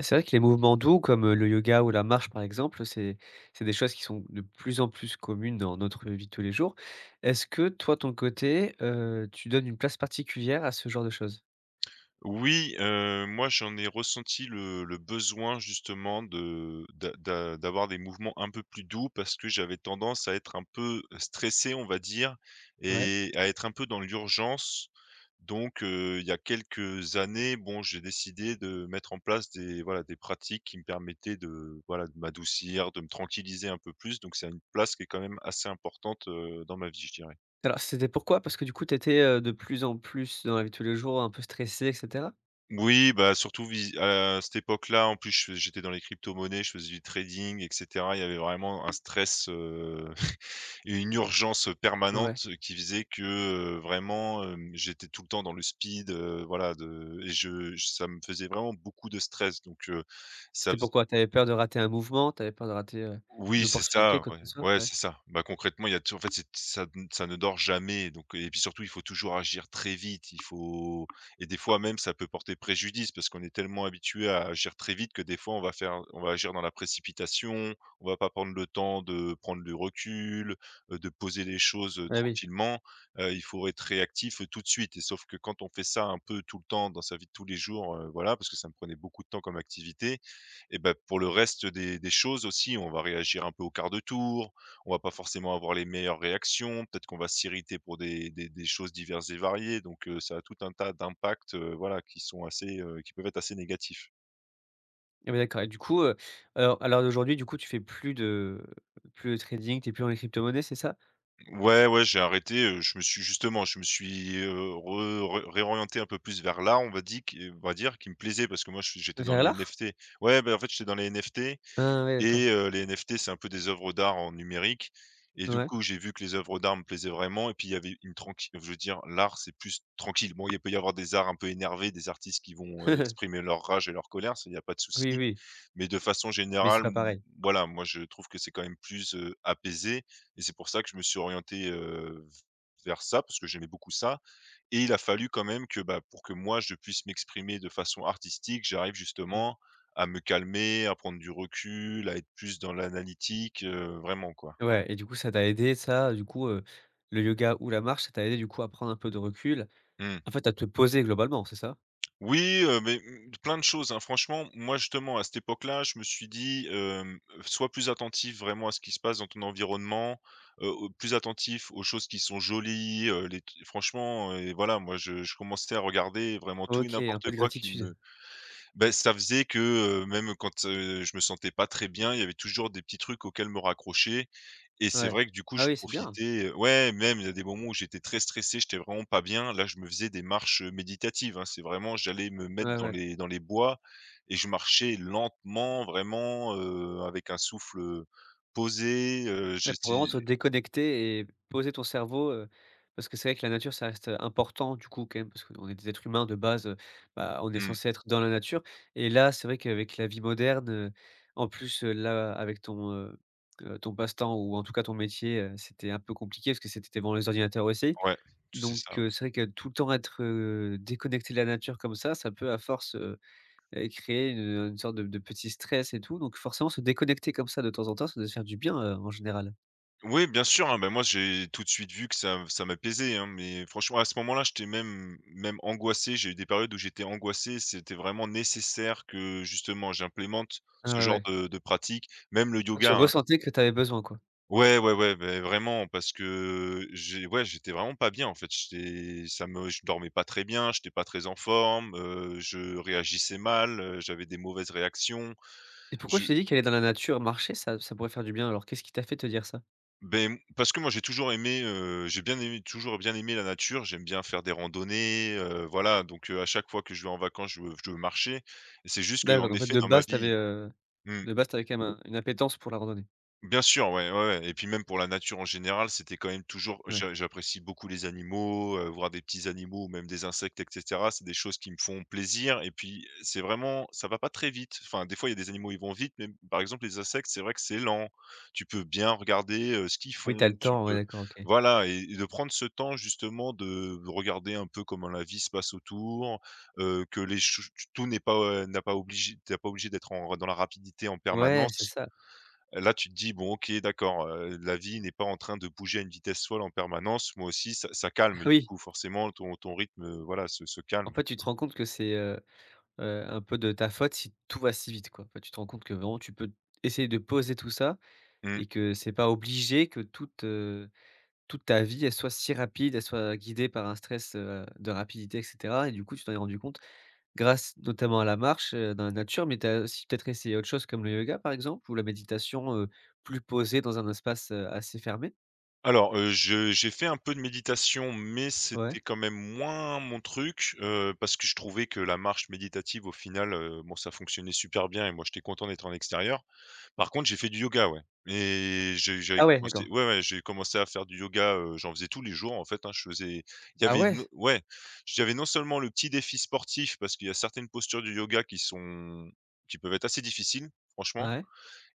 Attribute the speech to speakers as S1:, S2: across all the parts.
S1: C'est vrai que les mouvements doux comme, le yoga ou la marche par exemple, c'est des choses qui sont de plus en plus communes dans notre vie de tous les jours. Est-ce que toi, ton côté, tu donnes une place particulière à ce genre de choses?
S2: Oui, moi j'en ai ressenti le besoin justement de d'a d'a d'avoir des mouvements un peu plus doux parce que j'avais tendance à être un peu stressé, on va dire,
S1: Ouais.
S2: et à être un peu dans l'urgence. Donc, il y a quelques années, bon, j'ai décidé de mettre en place des, voilà, des pratiques qui me permettaient de, voilà, de m'adoucir, de me tranquilliser un peu plus. Donc c'est une place qui est quand même assez importante, dans ma vie, je dirais.
S1: Alors c'était pourquoi? Parce que du coup, tu étais, de plus en plus dans la vie de tous les jours un peu stressé et cetera?
S2: Oui, bah, surtout vis à cette époque-là, en plus, je fais j'étais dans les crypto-monnaies, je faisais du trading et cetera. Il y avait vraiment un stress, et une urgence
S1: Ouais.
S2: permanente qui faisait que, vraiment, j'étais tout le temps dans le speed, voilà de et je- ça me faisait vraiment beaucoup de stress donc ça
S1: C'était pourquoi? Tu avais peur de rater un mouvement, tu avais peur de rater, une
S2: oui, c'est
S1: opportunité,
S2: ça,
S1: quoi que
S2: ouais,
S1: ce soit?
S2: ouais,
S1: Ouais.
S2: c'est ça. Bah, concrètement, il y a tou en fait, c'est ça ne dort jamais, donc et puis surtout, il faut toujours agir très vite. Il faut Et des fois même, ça peut porter préjudice parce qu'on est tellement habitué à agir très vite que des fois, on va agir dans la précipitation, on va pas prendre le temps de prendre du recul, de poser les choses,
S1: Ah oui.
S2: tranquillement. Il faut être réactif, tout de suite, et sauf que quand on fait ça un peu tout le temps dans sa vie de tous les jours, voilà, parce que ça me prenait beaucoup de temps comme activité, et ben pour le reste des choses aussi, on va réagir un peu au quart de tour, on va pas forcément avoir les meilleures réactions, peut-être qu'on va s'irriter pour des choses diverses et variées, donc ça a tout un tas d'impacts, voilà, qui sont assez, qui peuvent être assez négatifs.
S1: Ah oui, d'accord. Et du coup, alors à l'heure d'aujourd'hui, du coup, tu fais plus de trading, tu es plus dans les cryptomonnaies, c'est ça?
S2: Ouais, ouais, j'ai arrêté, je me suis justement, je me suis, re ré réorienté un peu plus vers l'art, on va dire, qui me plaisait parce que moi, je j'étais dans
S1: Vers
S2: les
S1: l'art?
S2: NFT. Ouais, ben en fait, j'étais dans les NFT.
S1: Ah ouais, d'accord.
S2: Et les NFT, c'est un peu des œuvres d'art en numérique et du
S1: Ouais.
S2: coup, j'ai vu que les œuvres d'art me plaisaient vraiment et puis il y avait une tranqui je veux dire, l'art, c'est plus tranquille. Bon, il peut y avoir des arts un peu énervés, des artistes qui vont, exprimer leur rage et leur colère, ça, il y a pas de souci.
S1: Oui, oui,
S2: Mais de façon
S1: mais c'est
S2: générale,
S1: pas
S2: m
S1: pareil.
S2: voilà, moi je trouve que c'est quand même plus, apaisé, et c'est pour ça que je me suis orienté, vers ça parce que j'aimais beaucoup ça, et il a fallu quand même que, bah, pour que moi je puisse m'exprimer de façon artistique, j'arrive
S1: Mmh.
S2: justement à me calmer, à prendre du recul, à être plus dans l'analytique, vraiment quoi.
S1: Ouais, et du coup ça t'a aidé ça, du coup, le yoga ou la marche, ça t'a aidé du coup à prendre un peu de recul,
S2: Mmh.
S1: en fait à te poser globalement, c'est ça?
S2: Oui, mais, mmh, plein de choses, hein. Franchement, moi, justement, à cette époque-là, je me suis dit, hem: «Sois plus attentif vraiment à ce qui se passe dans ton environnement, au plus attentif aux choses qui sont jolies, les t» franchement, voilà, moi, je commençais à regarder vraiment tout et
S1: OK, un peu
S2: n'importe
S1: de
S2: quoi qui
S1: gratitude.
S2: me ben ça faisait que, même quand, je me sentais pas très bien, il y avait toujours des petits trucs auxquels me raccrocher, et c'est
S1: Ouais.
S2: vrai que du coup
S1: Ah
S2: je
S1: oui, c'est bien.
S2: profitais, ouais, même il y a des moments où j'étais très stressé, j'étais vraiment pas bien. Là, je me faisais des marches, méditatives, hein. C'est vraiment j'allais me mettre
S1: Ouais,
S2: dans
S1: ouais.
S2: les bois et je marchais lentement vraiment, avec un souffle, posé,
S1: Ouais, pour
S2: j'étais
S1: vraiment se déconnecter et poser ton cerveau, parce que c'est vrai que la nature, ça reste, important du coup quand même, parce qu'on est des êtres humains de base, bah, on est
S2: mmh,
S1: censé être dans la nature. Et là, c'est vrai qu'avec la vie moderne, en plus, là, avec ton passe-temps ou en tout cas ton métier, c'était un peu compliqué parce que c'était devant les ordinateurs aussi.
S2: ouais, tout c'est
S1: Donc
S2: ça.
S1: c'est vrai que tout le temps être, déconnecté de la nature comme ça peut à force, créer une sorte de petit stress et tout. Donc forcément, se déconnecter comme ça de temps en temps, ça doit se faire du bien, en général.
S2: Oui, bien sûr, hein, bah, moi j'ai tout de suite vu que ça m'apaisait, hein, mais franchement à ce moment-là, j'étais même angoissé. J'ai eu des périodes où j'étais angoissé, c'était vraiment nécessaire que justement j'implémente
S1: Ah
S2: ce
S1: ouais,
S2: genre
S1: ouais.
S2: de pratique, même le
S1: Ah, tu
S2: yoga, hein.
S1: ressentais que tu avais besoin, quoi.
S2: Ouais, ouais, ouais, ben vraiment parce que j'ai ouais, j'étais vraiment pas bien en fait. J'étais ça me Je dormais pas très bien, j'étais pas très en forme, je réagissais mal, j'avais des mauvaises réactions.
S1: Et pourquoi tu t'es dit qu'aller dans la nature, marcher, ça pourrait faire du bien? Alors, qu'est-ce qui t'a fait te dire ça?
S2: Ben parce que moi j'ai toujours aimé, j'ai bien aimé toujours bien aimé la nature, j'aime bien faire des randonnées, voilà donc à chaque fois que je vais en vacances, je veux marcher. Et c'est juste que
S1: D'accord,
S2: en
S1: donc en fait,
S2: effet
S1: de
S2: dans ma
S1: base,
S2: vie mmh.
S1: de base, t'avais quand même un une appétence pour la randonnée?
S2: Bien sûr, ouais, ouais, ouais, et puis même pour la nature en général, c'était quand même toujours
S1: Ouais.
S2: j'apprécie beaucoup les animaux, voir des petits animaux ou même des insectes et cetera. C'est des choses qui me font plaisir, et puis c'est vraiment ça va pas très vite. Enfin, des fois, il y a des animaux, ils vont vite, mais par exemple, les insectes, c'est vrai que c'est lent. Tu peux bien regarder, ce qu'ils
S1: Oui, t'as
S2: font,
S1: le
S2: tu
S1: temps, ouais,
S2: peux
S1: d'accord, OK.
S2: voilà, et de prendre ce temps justement de regarder un peu comment la vie se passe autour, que les ch tout n'est pas, n'a pas obligé tu pas obligé d'être en dans la rapidité en
S1: Ouais, c'est
S2: permanence.
S1: ça.
S2: Là, tu te dis: «Bon, OK, d'accord, la vie n'est pas en train de bouger à une vitesse folle en permanence. Moi aussi, ça calme». Du
S1: Oui,
S2: coup, forcément, ton rythme, voilà, se
S1: en
S2: calme.
S1: fait, tu te rends compte que c'est, un peu de ta faute si tout va si vite, quoi. En fait, tu te rends compte que vraiment, tu peux essayer de poser tout ça,
S2: Mmh.
S1: et que c'est pas obligé que toute ta vie, elle soit si rapide, elle soit guidée par un stress, de rapidité et cetera. Et du coup, tu t'en es rendu compte grâce notamment à la marche, dans la nature, mais tu as aussi peut-être essayé autre chose comme le yoga par exemple ou la méditation, plus posée dans un espace, assez fermé?
S2: Alors, je j'ai fait un peu de méditation, mais
S1: Ouais.
S2: c'était quand même moins mon truc, parce que je trouvais que la marche méditative, au final, bon, ça fonctionnait super bien et moi, j'étais content d'être en extérieur. Par contre, j'ai fait du yoga, ouais, et j'ai j'avais
S1: Ah ouais,
S2: commencé
S1: d'accord.
S2: ouais, ouais, j'ai commencé à faire du yoga, j'en faisais tous les jours, en fait, hein. Je faisais il y
S1: Ah
S2: avait
S1: ouais?
S2: no ouais, j'avais non seulement le petit défi sportif parce qu'il y a certaines postures du yoga qui sont qui peuvent être assez difficiles, franchement,
S1: Ouais.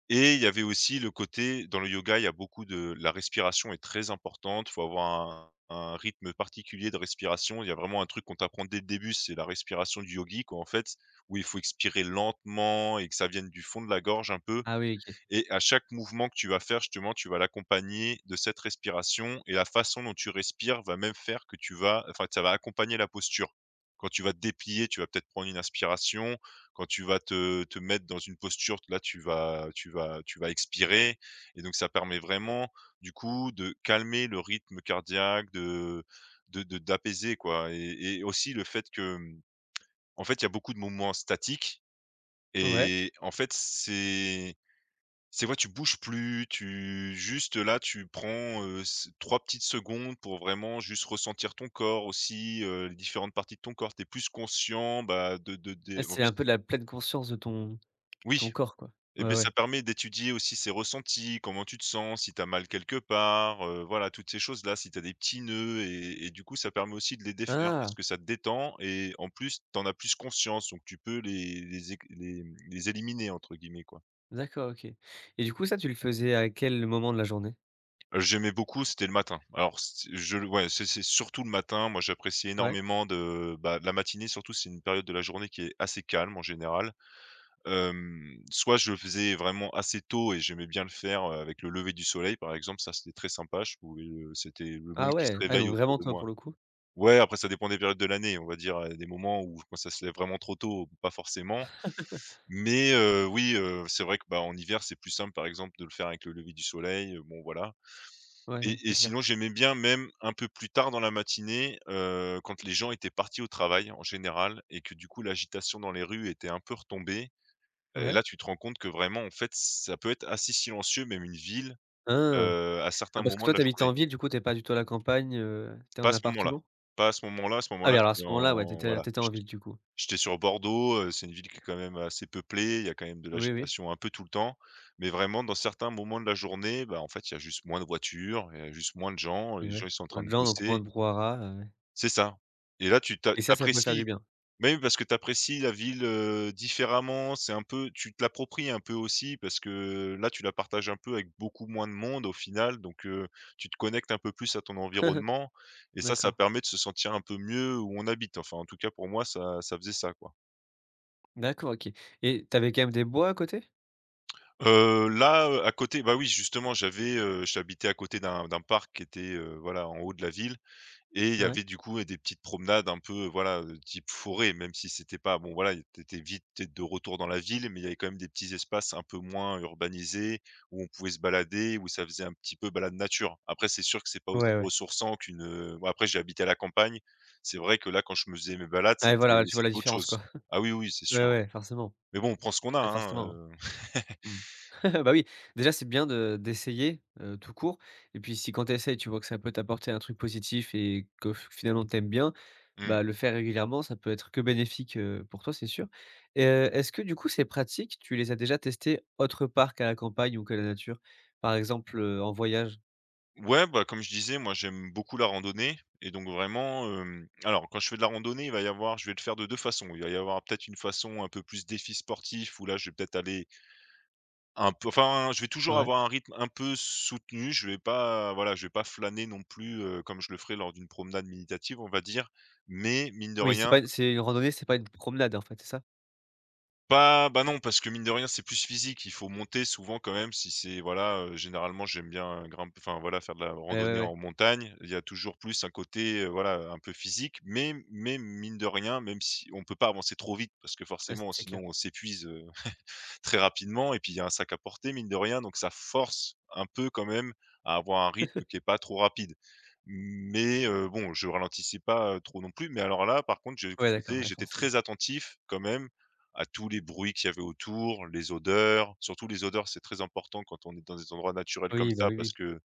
S2: et il y avait aussi le côté dans le yoga, il y a beaucoup de la respiration est très importante. Il faut avoir un rythme particulier de respiration. Il y a vraiment un truc qu'on t'apprend dès le début, c'est la respiration du yogi, quoi, en fait, où il faut expirer lentement et que ça vienne du fond de la gorge un peu,
S1: Ah oui, OK.
S2: et à chaque mouvement que tu vas faire, justement, tu vas l'accompagner de cette respiration, et la façon dont tu respires va même faire que tu vas enfin, que ça va accompagner la posture. Quand tu vas te déplier, tu vas peut-être prendre une inspiration. Quand tu vas te mettre dans une posture, là, tu vas expirer, et donc ça permet vraiment, du coup, de calmer le rythme cardiaque, de d'apaiser, quoi, et aussi le fait que, mmh, en fait, il y a beaucoup de mouvements statiques,
S1: Ouais.
S2: et en fait, c'est quoi? Tu bouges plus, tu juste là, tu prends, s 3 petites secondes pour vraiment juste ressentir ton corps aussi, les différentes parties de ton corps. Tu es plus conscient, bah, de
S1: Ah,
S2: des en
S1: c'est
S2: plus
S1: un peu de la pleine conscience de ton
S2: oui
S1: ton corps, quoi?
S2: et
S1: Ouais,
S2: ben ça
S1: ouais.
S2: permet d'étudier aussi ses ressentis, comment tu te sens, si tu as mal quelque part, voilà, toutes ces choses-là, si tu as des petits nœuds, et du coup, ça permet aussi de les défaire parce
S1: Ah!
S2: que ça te détend et en plus, tu en as plus conscience donc tu peux mmh, «les éliminer» entre guillemets, quoi.
S1: D'accord, OK. Et du coup, ça, tu le faisais à quel moment de la journée?
S2: J'aimais beaucoup, c'était le matin. Alors c je le Ouais, c'est surtout le matin. Moi, j'apprécie
S1: Ouais?
S2: énormément de, bah, de la matinée, surtout, c'est une période de la journée qui est assez calme en général. Soit je le faisais vraiment assez tôt et j'aimais bien le faire, avec le lever du soleil, par exemple, ça, c'était très sympa. Je pouvais, c'était le monde
S1: Ah
S2: qui se
S1: ouais! Ah,
S2: réveille
S1: donc
S2: autour
S1: vraiment
S2: de
S1: toi pour
S2: moi.
S1: le coup?
S2: Ouais, après ça dépend des périodes de l'année, on va dire, des moments où quand ça se lève vraiment trop tôt, pas forcément. Mais, oui, c'est vrai que, bah, en hiver, c'est plus simple, par exemple, de le faire avec le lever du soleil, bon voilà.
S1: Ouais, ouais, c'est
S2: Et
S1: clair.
S2: sinon, j'aimais bien même un peu plus tard dans la matinée, quand les gens étaient partis au travail en général et que du coup l'agitation dans les rues était un peu retombée. Et
S1: Ouais.
S2: là, tu te rends compte que vraiment, en fait, ça peut être assez silencieux, même une ville,
S1: Hein!
S2: à
S1: Ah,
S2: certains
S1: parce que
S2: moments de
S1: toi
S2: la
S1: tu habites
S2: journée.
S1: en ville, du coup t'es pas du tout à la campagne, tu es en
S2: Pas à ce moment-là,
S1: appartement?
S2: pas à ce moment-là. À ce
S1: Ah oui,
S2: moment-là,
S1: alors à ce
S2: j'étais
S1: moment-là, ouais, tu
S2: en
S1: étais
S2: voilà,
S1: tu étais en
S2: j'étais
S1: ville du coup?
S2: j'étais sur Bordeaux, c'est une ville qui est quand même assez peuplée, il y a quand même de
S1: Oui, oui.
S2: l'agitation un peu tout le temps. Mais vraiment dans certains moments de la journée, bah, en fait, il y a juste moins de voitures, il y a juste moins de gens, les
S1: Et
S2: gens,
S1: ouais,
S2: ils sont en
S1: moins
S2: train
S1: de
S2: de
S1: gens, donc moins
S2: bosser.
S1: de brouhaha, ouais,
S2: C'est ça. Et là
S1: et
S2: tu
S1: ça pouvait faire du
S2: apprécies,
S1: bien?
S2: oui, parce que tu apprécies la ville, différemment, c'est un peu tu te l'appropries un peu aussi parce que là tu la partages un peu avec beaucoup moins de monde au final, donc tu te connectes un peu plus à ton environnement et ça
S1: D'accord.
S2: permet de se sentir un peu mieux où on habite. Enfin, en tout cas pour moi ça faisait ça, quoi.
S1: D'accord, OK, et tu avais quand même des bois à côté?
S2: À côté, bah oui, justement j'avais, j'habitais à côté d'un parc qui était, voilà, en haut de la ville. Et il y
S1: Ouais?
S2: avait du coup des petites promenades un peu, voilà, type forêt, même si c'était pas bon voilà, t'étais étais vite t'es de retour dans la ville, mais il y avait quand même des petits espaces un peu moins urbanisés où on pouvait se balader, où ça faisait un petit peu balade nature. Après, c'est sûr que c'est pas aussi
S1: Ouais, ouais.
S2: ressourçant qu'une, bon, après j'ai habité à la campagne. C'est vrai que là, quand je me faisais mes balades,
S1: Ouais,
S2: c'était
S1: voilà, tu vois
S2: c'était
S1: la
S2: autre
S1: différence,
S2: chose.
S1: quoi?
S2: Ah oui, oui, c'est
S1: Ouais,
S2: sûr.
S1: ouais, forcément.
S2: Mais bon, on prend ce qu'on a,
S1: Ouais,
S2: hein,
S1: forcément. Mmh. Bah oui, déjà, c'est bien de d'essayer, tout court, et puis si quand tu essaies, tu vois que ça peut t'apporter un truc positif et que f finalement t'aimes bien,
S2: Mmh.
S1: bah, le faire régulièrement, ça peut être que bénéfique, pour toi, c'est sûr. Et est-ce que du coup, ces pratiques, tu les as déjà testées autre part qu'à la campagne ou qu'à la nature? Par exemple, en voyage?
S2: Ouais, bah, comme je disais, moi, j'aime beaucoup la randonnée et donc vraiment, alors quand je fais de la randonnée, il va y avoir je vais le faire de 2 façons. Il va y avoir peut-être une façon un peu plus défi sportif où là, je vais peut-être aller un peu enfin, je vais toujours
S1: Ouais.
S2: avoir un rythme un peu soutenu. Je vais pas, voilà, je vais pas flâner non plus, comme je le ferais lors d'une promenade méditative, on va dire. Mais mine de
S1: Oui,
S2: rien.
S1: c'est une randonnée, c'est pas une promenade, en fait, c'est ça?
S2: Bah non, parce que mine de rien, c'est plus physique. Il faut monter souvent quand même si c'est voilà, généralement j'aime bien grimp enfin voilà, faire de la
S1: Ouais, ouais,
S2: randonnée
S1: ouais.
S2: en montagne. Il y a toujours plus un côté, voilà, un peu physique, mais mine de rien, même si on peut pas avancer trop vite parce que
S1: Ouais, c'est
S2: forcément
S1: c'est clair.
S2: sinon on s'épuise, très rapidement, et puis il y a un sac à porter mine de rien, donc ça force un peu quand même à avoir un rythme qui est pas trop rapide. Mais bon, je ralentissais pas, trop non plus. Mais alors là, par contre, je
S1: Ouais, d'accord,
S2: faisais
S1: ouais,
S2: j'étais
S1: forcément.
S2: très attentif quand même à tous les bruits qu'il y avait autour, les odeurs. Surtout les odeurs, c'est très important quand on est dans des endroits naturels comme
S1: Oui, bah
S2: ça,
S1: oui,
S2: parce
S1: oui.
S2: que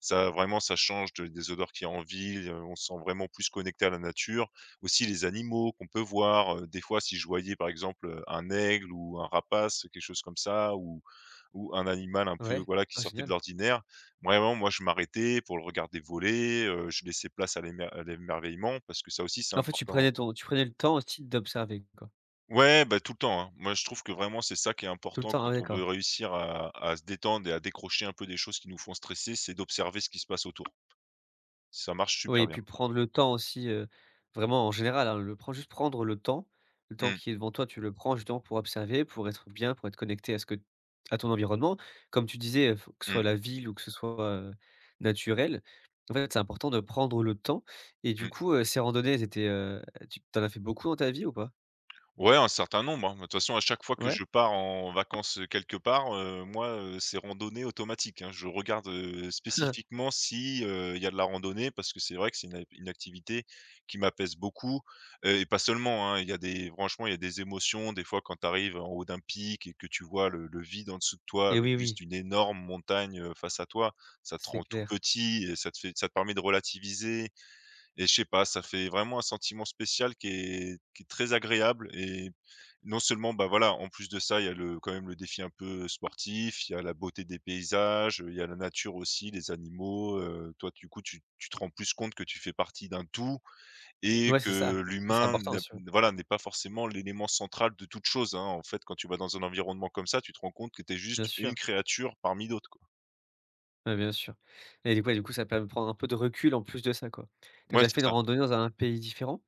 S2: ça vraiment, ça change de des odeurs qu'il y a en ville, on se sent vraiment plus connecté à la nature. Aussi les animaux qu'on peut voir, des fois si je voyais par exemple, un aigle ou un rapace, quelque chose comme ça, ou un animal un peu,
S1: Ouais.
S2: voilà, qui
S1: Ah
S2: sortait de
S1: génial.
S2: l'ordinaire. Vraiment, moi je m'arrêtais pour le regarder voler, je laissais place à l'émerveillement, parce que ça aussi c'est
S1: En fait,
S2: important, hein.
S1: tu prenais le temps aussi d'observer, quoi?
S2: Ouais, bah, tout le temps, hein. Moi je trouve que vraiment c'est ça qui est
S1: Tout le
S2: important
S1: temps,
S2: quand
S1: ah ouais,
S2: on
S1: d'accord.
S2: veut réussir à se détendre et à décrocher un peu des choses qui nous font stresser, c'est d'observer ce qui se passe autour. Ça marche
S1: Oui,
S2: super
S1: et
S2: bien.
S1: puis prendre le temps aussi, vraiment en général, hein, le prends juste prendre le temps
S2: Mmh,
S1: qui est devant toi, tu le prends justement pour observer, pour être bien, pour être connecté à ce que à ton environnement. Comme tu disais, f que ce soit
S2: mmh,
S1: la ville ou que ce soit, naturel, en fait, c'est important de prendre le temps. Et du
S2: mmh.
S1: coup, ces randonnées, tu en as fait beaucoup dans ta vie ou pas?
S2: Ouais, un certain nombre, hein. De toute façon, à chaque fois que
S1: Ouais?
S2: je pars en vacances, quelque part, moi, c'est randonnée automatique, hein. Je regarde, spécifiquement si, il y a de la randonnée parce que c'est vrai que c'est une activité qui m'apaise beaucoup, et pas seulement, hein. Il y a des franchement, il y a des émotions, des fois, quand tu arrives en haut d'un pic et que tu vois le vide en dessous de toi
S1: Et
S2: avec
S1: oui,
S2: juste
S1: oui,
S2: une énorme montagne, face à toi, ça te
S1: c'est
S2: rend tout
S1: clair.
S2: petit et ça te permet de relativiser. Et je sais pas, ça fait vraiment un sentiment spécial qui est très agréable, et non seulement, bah, voilà, en plus de ça, il y a le quand même le défi un peu sportif, il y a la beauté des paysages, il y a la nature aussi, les animaux, toi du coup tu te rends plus compte que tu fais partie d'un tout, et
S1: Ouais, c'est ça.
S2: que
S1: Et c'est
S2: l'humain
S1: important
S2: n'a
S1: aussi, ouais,
S2: voilà, n'est pas forcément l'élément central de toute chose, hein. En fait, quand tu vas dans un environnement comme ça, tu te rends compte que tu es
S1: bien
S2: juste une
S1: sûr.
S2: créature parmi d'autres, quoi.
S1: Ouais, bien sûr. Et du coup ouais, du coup, ça permet de prendre un peu de recul en plus de ça, quoi. Tu as
S2: Ouais,
S1: déjà
S2: c'est
S1: fait une
S2: ça.
S1: randonnée dans un pays différent?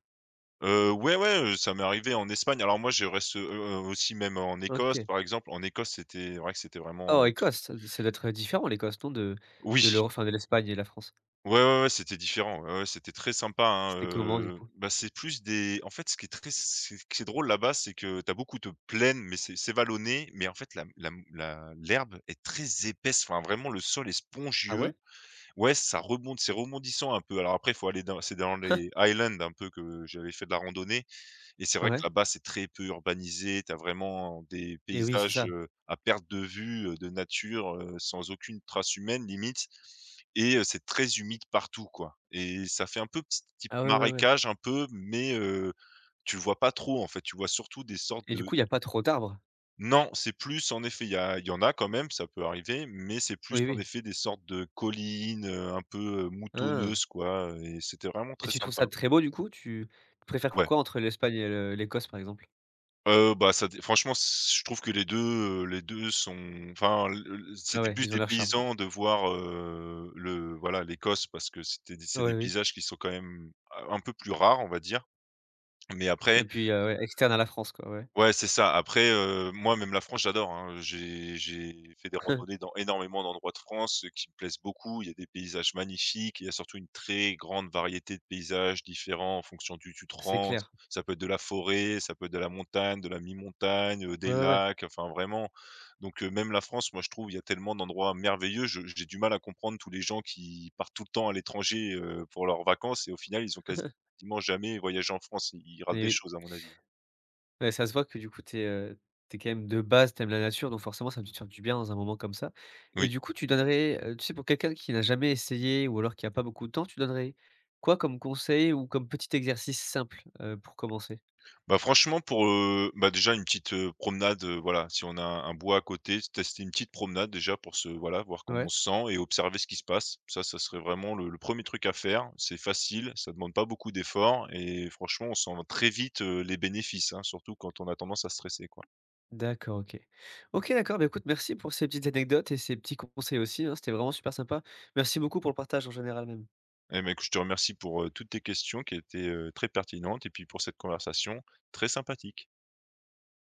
S2: Ouais, ouais, ça m'est arrivé en Espagne. Alors moi, je reste, aussi même en Écosse,
S1: OK.
S2: par exemple. En Écosse, c'était vrai que c'était vraiment,
S1: Oh, Écosse,
S2: sup
S1: ça doit être différent, l'Écosse, non? De
S2: oui,
S1: l'Europe, enfin, de l'Espagne et la France.
S2: ouais, ouais, ouais, c'était différent. Ouais, ouais, c'était très sympa, hein,
S1: C'était comment, du coup?
S2: bah, c'est plus des en fait, ce qui est très c'est ce qui est drôle là-bas, c'est que tu as beaucoup de plaines, mais c'est vallonné, mais en fait, la la m la l'herbe est très épaisse, enfin, vraiment, le sol est
S1: Ah
S2: spongieux.
S1: ouais?
S2: Ouais, ça rebond c'est rebondissant un peu. Alors après, il faut aller dans c'est dans les highlands un peu que j'avais fait de la randonnée. Et c'est vrai que
S1: Ouais?
S2: là-bas, c'est très peu urbanisé. Tu as vraiment des
S1: Et oui, c'est
S2: paysages,
S1: ça.
S2: à perte de vue, de nature, sans aucune trace humaine limite, et c'est très humide partout, quoi, et ça fait un peu petit type
S1: Ah ouais, ouais, ouais.
S2: marécage un peu, mais tu le vois pas trop, en fait. Tu vois surtout des sortes
S1: Et du
S2: de
S1: coup, il y a pas trop d'arbres?
S2: non, c'est plus en effet, il y en a quand même, ça peut arriver, mais c'est plus
S1: Oui,
S2: en
S1: oui.
S2: effet des sortes de collines, un peu,
S1: Ah!
S2: moutonneuses, quoi, et c'était vraiment
S1: Et
S2: très
S1: tu trouves
S2: sympa.
S1: ça très beau, du coup? Tu préfères
S2: Ouais.
S1: quoi entre l'Espagne et le l'Écosse, par exemple?
S2: Bah, ça dé franchement, c je trouve que les 2 sont enfin, le
S1: Ah
S2: c'était
S1: ouais,
S2: plus
S1: ils ont leur charme, quoi.
S2: dépaysant de voir, le voilà, l'Écosse parce que c'est
S1: Ouais,
S2: des
S1: oui.
S2: paysages qui sont quand même, un peu plus rares, on va dire. Mais après
S1: Et puis, ouais, externe à la France, quoi, ouais.
S2: ouais, c'est ça. Après, moi, même la France, j'adore, hein. J'ai fait des randonnées dans énormément d'endroits de France, qui me plaisent beaucoup. Il y a des paysages magnifiques, il y a surtout une très grande variété de paysages différents en fonction du tu te
S1: C'est
S2: rends.
S1: clair.
S2: Ça peut être de la forêt, ça peut être de la montagne, de la mi-montagne,
S1: Ouais,
S2: des
S1: ouais, ouais.
S2: lacs, enfin vraiment. Donc même la France, moi, je trouve, il y a tellement d'endroits merveilleux. Je j'ai du mal à comprendre tous les gens qui partent tout le temps à l'étranger, pour leurs vacances, et au final, ils ont quasiment jamais voyagé en France. Ils ratent
S1: Et
S2: des
S1: oui.
S2: choses à mon avis.
S1: Ouais, ça se voit que du coup, tu quand même de base, tu aimes la nature, donc forcément, ça a dû te faire du bien dans un moment comme ça. Et
S2: Oui.
S1: du coup, tu donnerais, tu sais, pour quelqu'un qui n'a jamais essayé ou alors qui a pas beaucoup de temps, tu donnerais quoi comme conseil ou comme petit exercice simple, pour commencer?
S2: Bah, franchement pour, bah, déjà une petite, promenade, voilà, si on a un bois à côté, se tester une petite promenade déjà pour se voilà, voir comment on
S1: Ouais?
S2: se sent et observer ce qui se passe. Ça serait vraiment le premier truc à faire. C'est facile, ça demande pas beaucoup d'efforts, et franchement on sent très vite, les bénéfices, hein, surtout quand on a tendance à stresser, quoi.
S1: D'accord, OK. OK, d'accord, bah, écoute, merci pour ces petites anecdotes et ces petits conseils aussi, hein, c'était vraiment super sympa. Merci beaucoup pour le partage en général même.
S2: Eh ben, écoute, je te remercie pour, toutes tes questions qui étaient, très pertinentes, et puis pour cette conversation très sympathique.